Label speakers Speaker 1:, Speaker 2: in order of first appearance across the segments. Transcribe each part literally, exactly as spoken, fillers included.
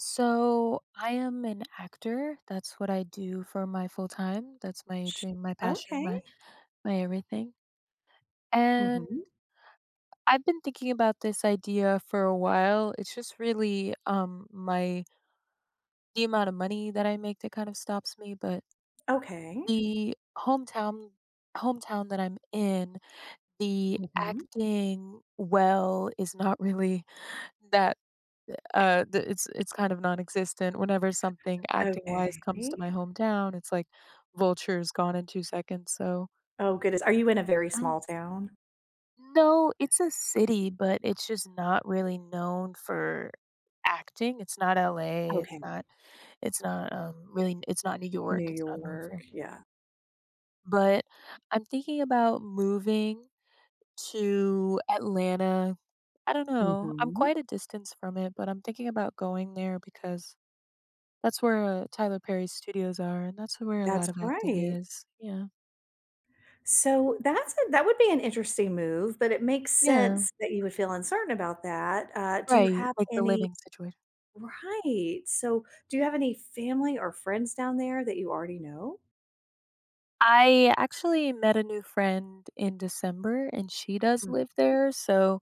Speaker 1: So I am an actor. That's what I do for my full time. That's my
Speaker 2: Sh
Speaker 1: dream, my passion,
Speaker 2: okay.
Speaker 1: my my everything. And
Speaker 2: Mhm.
Speaker 1: I've been thinking about this idea for a while. It's just really um my the amount of money that I make that kind of stops me, but
Speaker 2: Okay.
Speaker 1: the hometown hometown that I'm in, the
Speaker 2: Mhm.
Speaker 1: acting well is not really. that Uh, the it's it's kind of non-existent. Whenever something acting-wise
Speaker 2: Okay.
Speaker 1: comes to my hometown, it's like vultures gone in 2 seconds, so.
Speaker 2: Oh, goodness. Are you in a very
Speaker 1: Oh.
Speaker 2: small town?
Speaker 1: No, it's a city, but it's just not really known for acting. It's not L A, it's
Speaker 2: Okay.
Speaker 1: not it's not, um, really, it's not New York,
Speaker 2: New
Speaker 1: it's not known
Speaker 2: York,
Speaker 1: for,
Speaker 2: yeah.
Speaker 1: but I'm thinking about moving to Atlanta. I don't know. I'm
Speaker 2: Mhm.
Speaker 1: quite a distance from it, but I'm thinking about going there because that's where, uh, Tyler Perry's studios are, and that's where a
Speaker 2: That's
Speaker 1: lot of acting
Speaker 2: right.
Speaker 1: is. Yeah. Yeah.
Speaker 2: So, that's a that would be an interesting move, but it makes
Speaker 1: Yeah,
Speaker 2: sense that you would feel uncertain about that. Uh, do you
Speaker 1: right,
Speaker 2: have
Speaker 1: like the
Speaker 2: any.
Speaker 1: living situation. Mhm.
Speaker 2: Right. So, do you have any family or friends down there that you already know?
Speaker 1: I actually met a new friend in December, and she does
Speaker 2: Mm.
Speaker 1: live there, so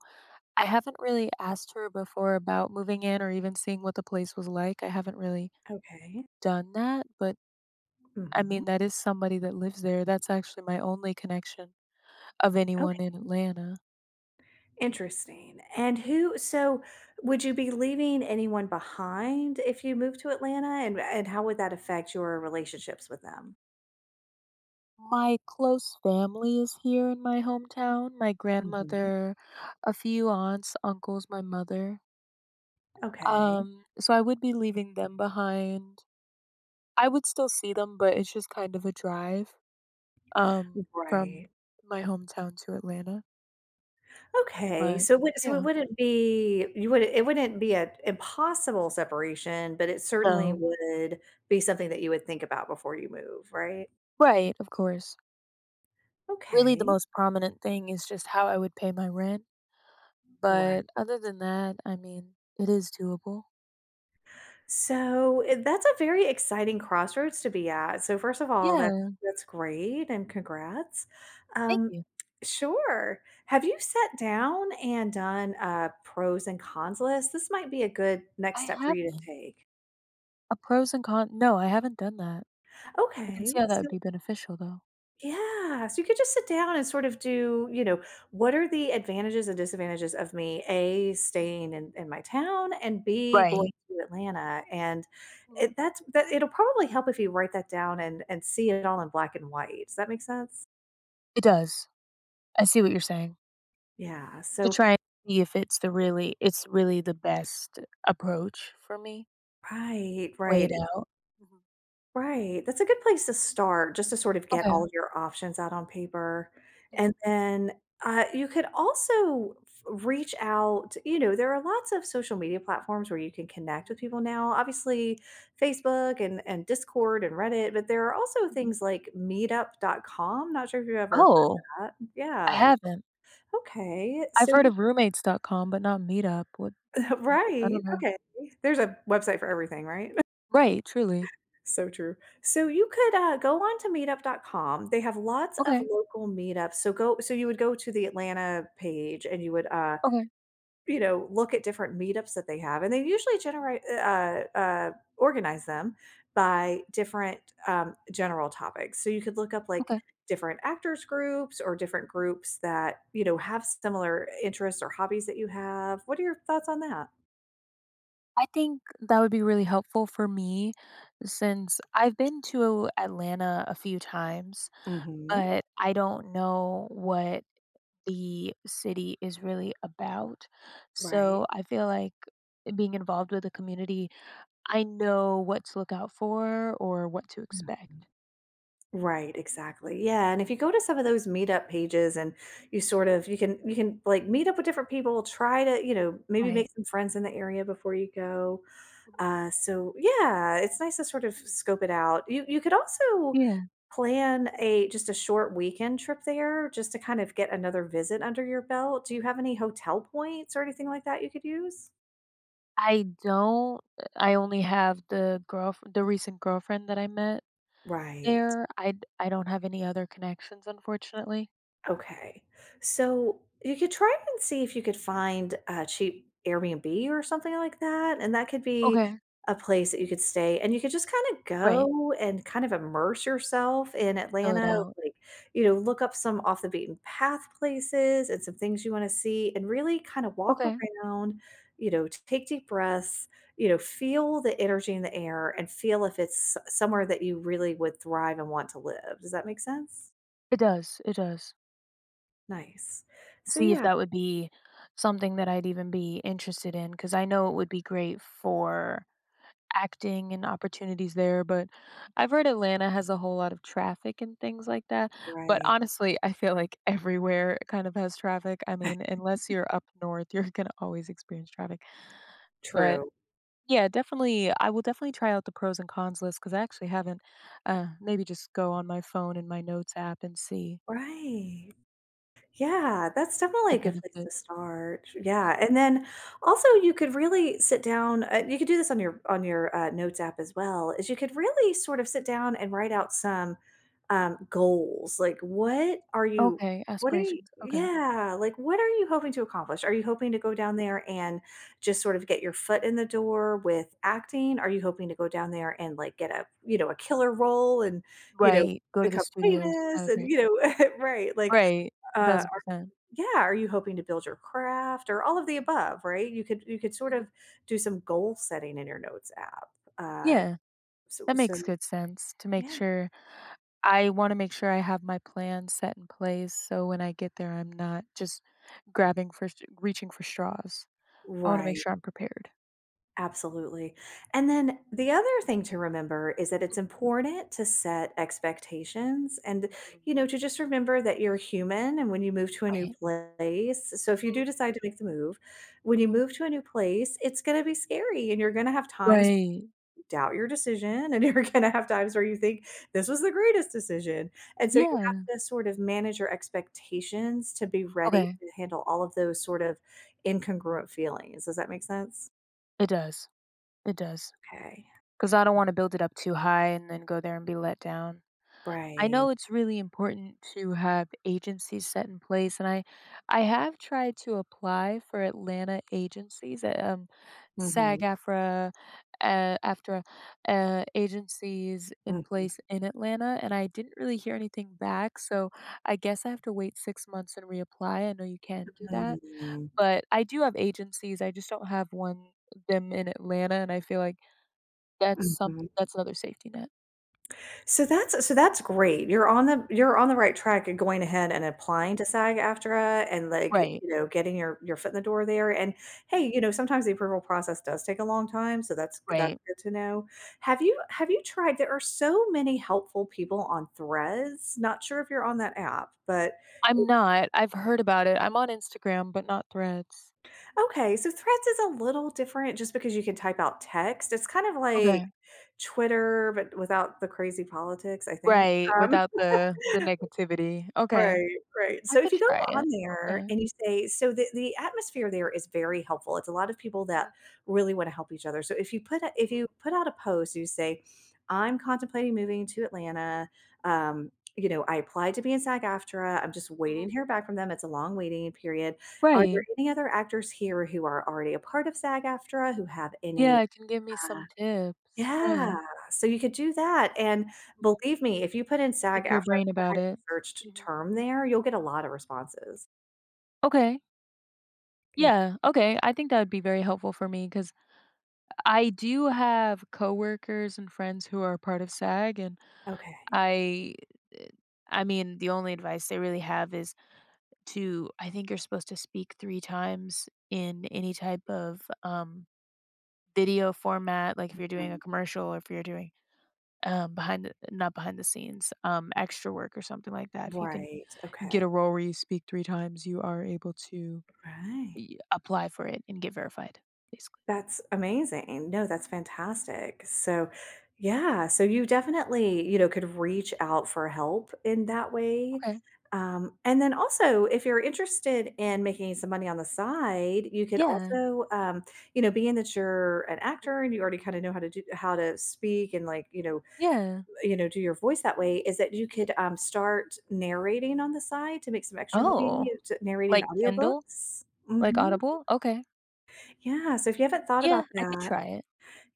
Speaker 1: I haven't really asked her before about moving in or even seeing what the place was like. I haven't really
Speaker 2: Okay.
Speaker 1: done that, but, I mean,
Speaker 2: Mhm.
Speaker 1: that is somebody that lives there. That's actually my only connection of anyone
Speaker 2: Okay.
Speaker 1: in Atlanta.
Speaker 2: Interesting. And who so Would you be leaving anyone behind if you move to Atlanta, and and how would that affect your relationships with them?
Speaker 1: My close family is here in my hometown, my
Speaker 2: Mhm.
Speaker 1: grandmother, a few aunts, uncles, my mother.
Speaker 2: Okay.
Speaker 1: Um, so I would be leaving them behind. I would still see them, but it's just kind of a drive, um,
Speaker 2: Right.
Speaker 1: from my hometown to Atlanta,
Speaker 2: Okay,
Speaker 1: but
Speaker 2: so it would so it
Speaker 1: yeah.
Speaker 2: wouldn't be you would it wouldn't be an impossible separation, but it certainly
Speaker 1: No.
Speaker 2: would be something that you would think about before you move, right?
Speaker 1: Right, of course. Really, the
Speaker 2: Okay.
Speaker 1: most prominent thing is just how I would pay my rent,
Speaker 2: Right.
Speaker 1: but other than that, I mean, it is doable.
Speaker 2: So, eh, that's a very exciting crossroads to be at. So, first of all, that's
Speaker 1: Yeah,
Speaker 2: that's great and congrats.
Speaker 1: thank
Speaker 2: Um,
Speaker 1: you.
Speaker 2: sure. Have you sat down and done a pros and cons list? This might be a good next
Speaker 1: I
Speaker 2: step for you to
Speaker 1: haven't.
Speaker 2: take.
Speaker 1: A pros and cons. No, I haven't done that. I can see
Speaker 2: Okay,
Speaker 1: how that
Speaker 2: so.
Speaker 1: would be beneficial, though.
Speaker 2: Yeah, so you could just sit down and sort of do, you know, what are the advantages and disadvantages of me, A,
Speaker 1: Mhm.
Speaker 2: staying in, in my town, and B, going
Speaker 1: Right.
Speaker 2: to Atlanta. And
Speaker 1: Mhm,
Speaker 2: it, that's that it'll probably help if you write that down and and see
Speaker 1: mhm.
Speaker 2: it all in black and white. Does that make sense?
Speaker 1: It does. I see what you're saying.
Speaker 2: Yeah.
Speaker 1: To
Speaker 2: So
Speaker 1: try and see if it's the really it's really the best approach for me.
Speaker 2: right,
Speaker 1: Weigh
Speaker 2: right.
Speaker 1: it out. Mhm.
Speaker 2: Right, that's a good place to start, just to sort of get
Speaker 1: Okay.
Speaker 2: all of your options out on paper, and
Speaker 1: Mhm,
Speaker 2: then, uh, you could also f reach out. You know, there are lots of social media platforms where you can connect
Speaker 1: mhm,
Speaker 2: with people now, obviously, Facebook and and Discord and Reddit, but there are also
Speaker 1: mhm.
Speaker 2: things like Meetup dot com. Not sure if you've ever
Speaker 1: Oh,
Speaker 2: heard of that.
Speaker 1: I
Speaker 2: Yeah.
Speaker 1: haven't.
Speaker 2: Okay, so
Speaker 1: I've heard
Speaker 2: you.
Speaker 1: of roommates dot com, but not Meetup. What? I
Speaker 2: Right,
Speaker 1: don't know.
Speaker 2: okay. There's a website for everything, right?
Speaker 1: Right, truly.
Speaker 2: So true. So you could, uh, go on to meetup. Dot com. They have lots of
Speaker 1: Okay,
Speaker 2: local meetups. So go so you would go to the Atlanta page, and you would, uh,
Speaker 1: okay,
Speaker 2: you know, look at different meetups that they have, and they usually generate uh, uh,
Speaker 1: mhm,
Speaker 2: organize them by different, um, general topics. So you could look up, like,
Speaker 1: okay.
Speaker 2: different actors groups or different groups that, you know, have similar interests or hobbies that you have. What are your thoughts on that?
Speaker 1: I think that would be really helpful for me since I've been to Atlanta a few times,
Speaker 2: Mhm.
Speaker 1: but I don't know what the city is really about. So
Speaker 2: Right.
Speaker 1: I feel like being involved with the community, I know what to look out for or what to
Speaker 2: Mhm.
Speaker 1: expect.
Speaker 2: Right, exactly. Yeah, and if you go to some of those meetup pages and you
Speaker 1: Mhm,
Speaker 2: sort
Speaker 1: mhm,
Speaker 2: of you can you can like meet up with different people, try to, you know, maybe make
Speaker 1: right.
Speaker 2: some friends in the area before you go.
Speaker 1: Mhm,
Speaker 2: Uh so yeah, it's nice to sort of
Speaker 1: mhm.
Speaker 2: scope it out. You you could also
Speaker 1: Yeah.
Speaker 2: plan a just a short weekend trip there, just to kind of get another visit under your belt. Do you have any hotel points or anything like that you could use?
Speaker 1: I don't. I only have the girl, the recent girlfriend that I met
Speaker 2: Right.
Speaker 1: there. I d I don't have any other connections, unfortunately.
Speaker 2: Okay. So you could try and see if you could find a cheap Airbnb or something like that. And that could be
Speaker 1: Okay.
Speaker 2: a place that you could stay, and you could just kind of
Speaker 1: Right,
Speaker 2: go and kind of immerse yourself in
Speaker 1: fill it
Speaker 2: Atlanta.
Speaker 1: out.
Speaker 2: Like, you know, look up some off the beaten path places and some things you want to see, and really kind of walk
Speaker 1: Okay.
Speaker 2: around, you know, take deep breaths, you know,
Speaker 1: Mhm.
Speaker 2: feel the energy in the air and feel if it's s- somewhere that you really would thrive and want to live. Does that make sense?
Speaker 1: It does, it does.
Speaker 2: Nice. So
Speaker 1: See if
Speaker 2: yeah.
Speaker 1: that would be something that I'd even be interested in, because I know it would be great for acting and opportunities there, but I've heard Atlanta has a whole lot of traffic and things like that. But
Speaker 2: Right.
Speaker 1: honestly, I feel like everywhere kind of has traffic. I mean, unless you're up north, you're going to always experience traffic. But
Speaker 2: True.
Speaker 1: yeah, definitely. I will definitely try out the pros and cons list because I actually haven't. Uh, maybe just go on my phone and my notes app and see
Speaker 2: Right. Yeah, that's definitely
Speaker 1: the
Speaker 2: a good place
Speaker 1: benefit.
Speaker 2: to start.
Speaker 1: Mm.
Speaker 2: Yeah, and then also you could really sit down. Uh, you could do this on your on your uh, notes app as well. Is you could really sort of sit down and write out some um, goals. Like, what are you?
Speaker 1: Okay,
Speaker 2: What are you?
Speaker 1: aspirations. Okay.
Speaker 2: Yeah, like what are you hoping to accomplish? Are you hoping to go down there and just sort of get your foot in the door with acting? Are you hoping to go down there and like get a you know a killer role and you know,
Speaker 1: Right. Go to the
Speaker 2: become
Speaker 1: studios. Have
Speaker 2: famous,
Speaker 1: a
Speaker 2: and you
Speaker 1: great.
Speaker 2: know, right, like,
Speaker 1: Right. A
Speaker 2: uh,
Speaker 1: thousand percent.
Speaker 2: yeah, are you hoping to build your craft or all of the above, right? You could you could sort of
Speaker 1: Mhm.
Speaker 2: do some goal setting in your notes app. Uh,
Speaker 1: Yeah.
Speaker 2: so
Speaker 1: That
Speaker 2: so
Speaker 1: makes good sense to make
Speaker 2: yeah,
Speaker 1: sure I wanna make sure I have my plan set in place so when I get there, I'm not just grabbing for st reaching for straws. I wanna make
Speaker 2: right.
Speaker 1: sure I'm prepared.
Speaker 2: Absolutely. And then the other thing to remember is that it's
Speaker 1: Mhm,
Speaker 2: important to set expectations and,
Speaker 1: mhm.
Speaker 2: you know, to just remember that you're human. And when you move to a new
Speaker 1: Right.
Speaker 2: place, so if you
Speaker 1: Mm,
Speaker 2: do decide to make the move, when you
Speaker 1: mhm.
Speaker 2: move to a new place, it's going to be scary and you're going to have times
Speaker 1: Right.
Speaker 2: doubt your decision, and you're gonna have times where you think, "This was the greatest decision." And so you have
Speaker 1: Yeah.
Speaker 2: to sort of manage your expectations to be ready
Speaker 1: Okay.
Speaker 2: to handle all of those sort of incongruent feelings. Does that make sense?
Speaker 1: It does. It does.
Speaker 2: Okay.
Speaker 1: Because I don't wanna build it up too high and then go there and be let down. I
Speaker 2: Right.
Speaker 1: know it's really important to have agencies set in place, and I I have tried to apply for Atlanta agencies, uh, um,
Speaker 2: Mhm.
Speaker 1: SAG-AFTRA, uh, AFTRA, uh, agencies in
Speaker 2: Mhm.
Speaker 1: place in Atlanta, and I didn't really hear anything back. So I guess I have to wait six months and reapply. I know you can do that,
Speaker 2: Mhm.
Speaker 1: but I do have agencies. I just don't have one them in Atlanta, and I feel like that's some
Speaker 2: Mhm.
Speaker 1: that's another safety net.
Speaker 2: So that's so that's great. You're on the you're on the right track and going ahead and
Speaker 1: Mhm.
Speaker 2: applying to SAG-AFTRA and, like, you
Speaker 1: Right.
Speaker 2: know, getting your your foot in the door there, and, hey,
Speaker 1: Mhm.
Speaker 2: you know, sometimes the approval process does take a long time, so that's that's
Speaker 1: Right.
Speaker 2: good to know. Have you have you tried, there are so many helpful
Speaker 1: Mhm.
Speaker 2: people on Threads, not sure if you're on that app, but.
Speaker 1: I'm not. I've heard about it. I'm on Instagram, but not Threads.
Speaker 2: Okay, so Threads is a little different just because you can type out text. It's kind of like
Speaker 1: Okay.
Speaker 2: Twitter, but without the crazy politics, I think,
Speaker 1: Right,
Speaker 2: um.
Speaker 1: without the the negativity. Okay.
Speaker 2: Right, right.
Speaker 1: I
Speaker 2: So if
Speaker 1: could
Speaker 2: you go
Speaker 1: try
Speaker 2: on
Speaker 1: it.
Speaker 2: there
Speaker 1: Okay.
Speaker 2: and you say, so the the atmosphere there is very helpful. It's a lot of people that
Speaker 1: Mhm,
Speaker 2: really wanna help each other. So if you put a if
Speaker 1: mhm,
Speaker 2: you put out a post, you say, "I'm contemplating moving to
Speaker 1: mhm,
Speaker 2: Atlanta. Um, you know, I applied to be in SAG-AFTRA. I'm just waiting
Speaker 1: mhm.
Speaker 2: to hear back from them. It's a long waiting period. Are there
Speaker 1: Right.
Speaker 2: any other actors here who are already a part of SAG-AFTRA who have
Speaker 1: Yeah,
Speaker 2: any,
Speaker 1: it can give me
Speaker 2: uh."
Speaker 1: some tips.
Speaker 2: Yeah,
Speaker 1: Right.
Speaker 2: so you could do that, and
Speaker 1: Mhm.
Speaker 2: believe me, if you put in sag
Speaker 1: Pick your
Speaker 2: after a
Speaker 1: brain about
Speaker 2: highly
Speaker 1: it.
Speaker 2: searched
Speaker 1: Mhm.
Speaker 2: term there, you'll get a lot of responses.
Speaker 1: Okay.
Speaker 2: Yeah,
Speaker 1: Yeah. Okay. I think that would be very helpful for me because I do have coworkers and friends who are part of SAG, and
Speaker 2: okay.
Speaker 1: I, I mean, the only advice they really have is to I think you're supposed to speak three times in any type of um, video format, like, if you're doing a
Speaker 2: Mhm.
Speaker 1: commercial or if you're doing um, behind the, not behind the scenes, um, extra work or something like that. If you can
Speaker 2: Right, okay,
Speaker 1: get a role where you speak three times, you are able to
Speaker 2: right.
Speaker 1: y apply for it and get verified, basically.
Speaker 2: That's amazing. No, that's fantastic. So, yeah, so you definitely, you know, could reach out for help in that way.
Speaker 1: Okay.
Speaker 2: Um, and then also, if you're interested in making some money on the side, you could
Speaker 1: Yeah.
Speaker 2: also, um, you know, being that you're an actor and you already kind of know how to do how to speak, and like, you know,
Speaker 1: Yeah.
Speaker 2: you know, do your voice that way, is that you
Speaker 1: Mm.
Speaker 2: could um, start narrating on the side to make some extra
Speaker 1: Oh,
Speaker 2: money, to narrating
Speaker 1: like Kindle?
Speaker 2: audiobooks.
Speaker 1: Like
Speaker 2: Hmm.
Speaker 1: Audible? Okay.
Speaker 2: Yeah. So if you haven't thought
Speaker 1: Yeah,
Speaker 2: about
Speaker 1: I could
Speaker 2: that,
Speaker 1: try it.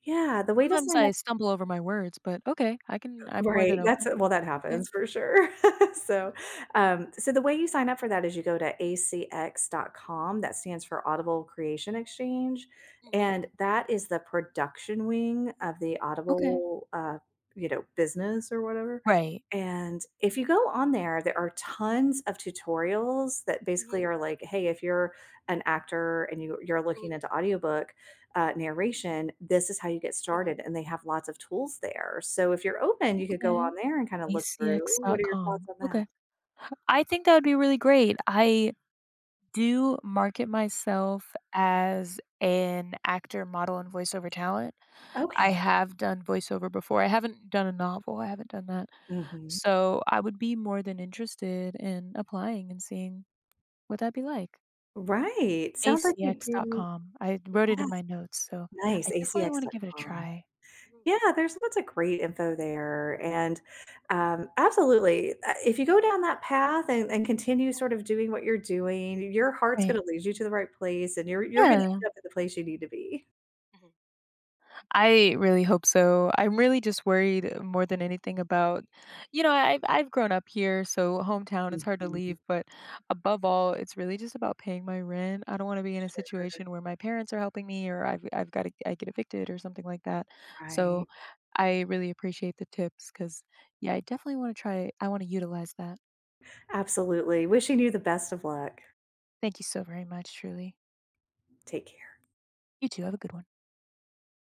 Speaker 2: yeah, the way to
Speaker 1: Sometimes
Speaker 2: sign
Speaker 1: I
Speaker 2: up.
Speaker 1: stumble over my words, but okay, I can I'm more than
Speaker 2: Right, that's
Speaker 1: open.
Speaker 2: well, that
Speaker 1: Okay.
Speaker 2: happens for sure. So, um, so the way you sign up for that is you go to a c x dot com, that stands for Audible Creation Exchange,
Speaker 1: Mhm.
Speaker 2: and that is the production wing of the
Speaker 1: Okay.
Speaker 2: Audible, uh, you know, business or whatever,
Speaker 1: Right.
Speaker 2: and if you go on there, there are tons of tutorials that basically
Speaker 1: Mhm,
Speaker 2: are like, "Hey, if you're an actor and you you're looking
Speaker 1: mhm,
Speaker 2: into audiobook, uh, narration, this is how you get
Speaker 1: mhm.
Speaker 2: started," and they have lots of tools there. So if you're open, you could go
Speaker 1: Okay,
Speaker 2: on there and kind of look through. What are your
Speaker 1: A C X dot com.
Speaker 2: thoughts on that?
Speaker 1: Okay. I think that would be really great. I do market myself as an actor, model, and voiceover talent. I
Speaker 2: Okay.
Speaker 1: have done voiceover before. I haven't done a novel, I haven't done that.
Speaker 2: Mhm.
Speaker 1: So, I would be more than interested in applying and seeing what that'd be like.
Speaker 2: Right. Sounds like you do.
Speaker 1: A C X dot com. I wrote it in my
Speaker 2: Yes,
Speaker 1: notes, so
Speaker 2: nice.
Speaker 1: I definitely wanna give it a
Speaker 2: A C X dot com.
Speaker 1: try. Mhm,
Speaker 2: Yeah, there's lots of great info there. And um, absolutely, uh, if
Speaker 1: mhm.
Speaker 2: you go down that path and, and continue
Speaker 1: Mhm.
Speaker 2: sort of doing what you're doing, your heart's
Speaker 1: Right.
Speaker 2: going to lead you to the right place, and you're, you're going to
Speaker 1: Yeah.
Speaker 2: end up at the place you need to be.
Speaker 1: Mhm. I really hope so. I'm really just worried more than anything about, you know, I've I've grown up here, so hometown it's hard to
Speaker 2: Mhm.
Speaker 1: leave. But above all, it's really just about paying my rent. I don't want to be in a
Speaker 2: Sure.
Speaker 1: situation where my parents are helping me or I've I've got to I get evicted or something like that. So
Speaker 2: Right.
Speaker 1: I really appreciate the tips because yeah, I definitely want to try I want to utilize that.
Speaker 2: Absolutely. Wishing you the best of luck.
Speaker 1: Thank you so very much, truly.
Speaker 2: Take care.
Speaker 1: You too. Have a good one.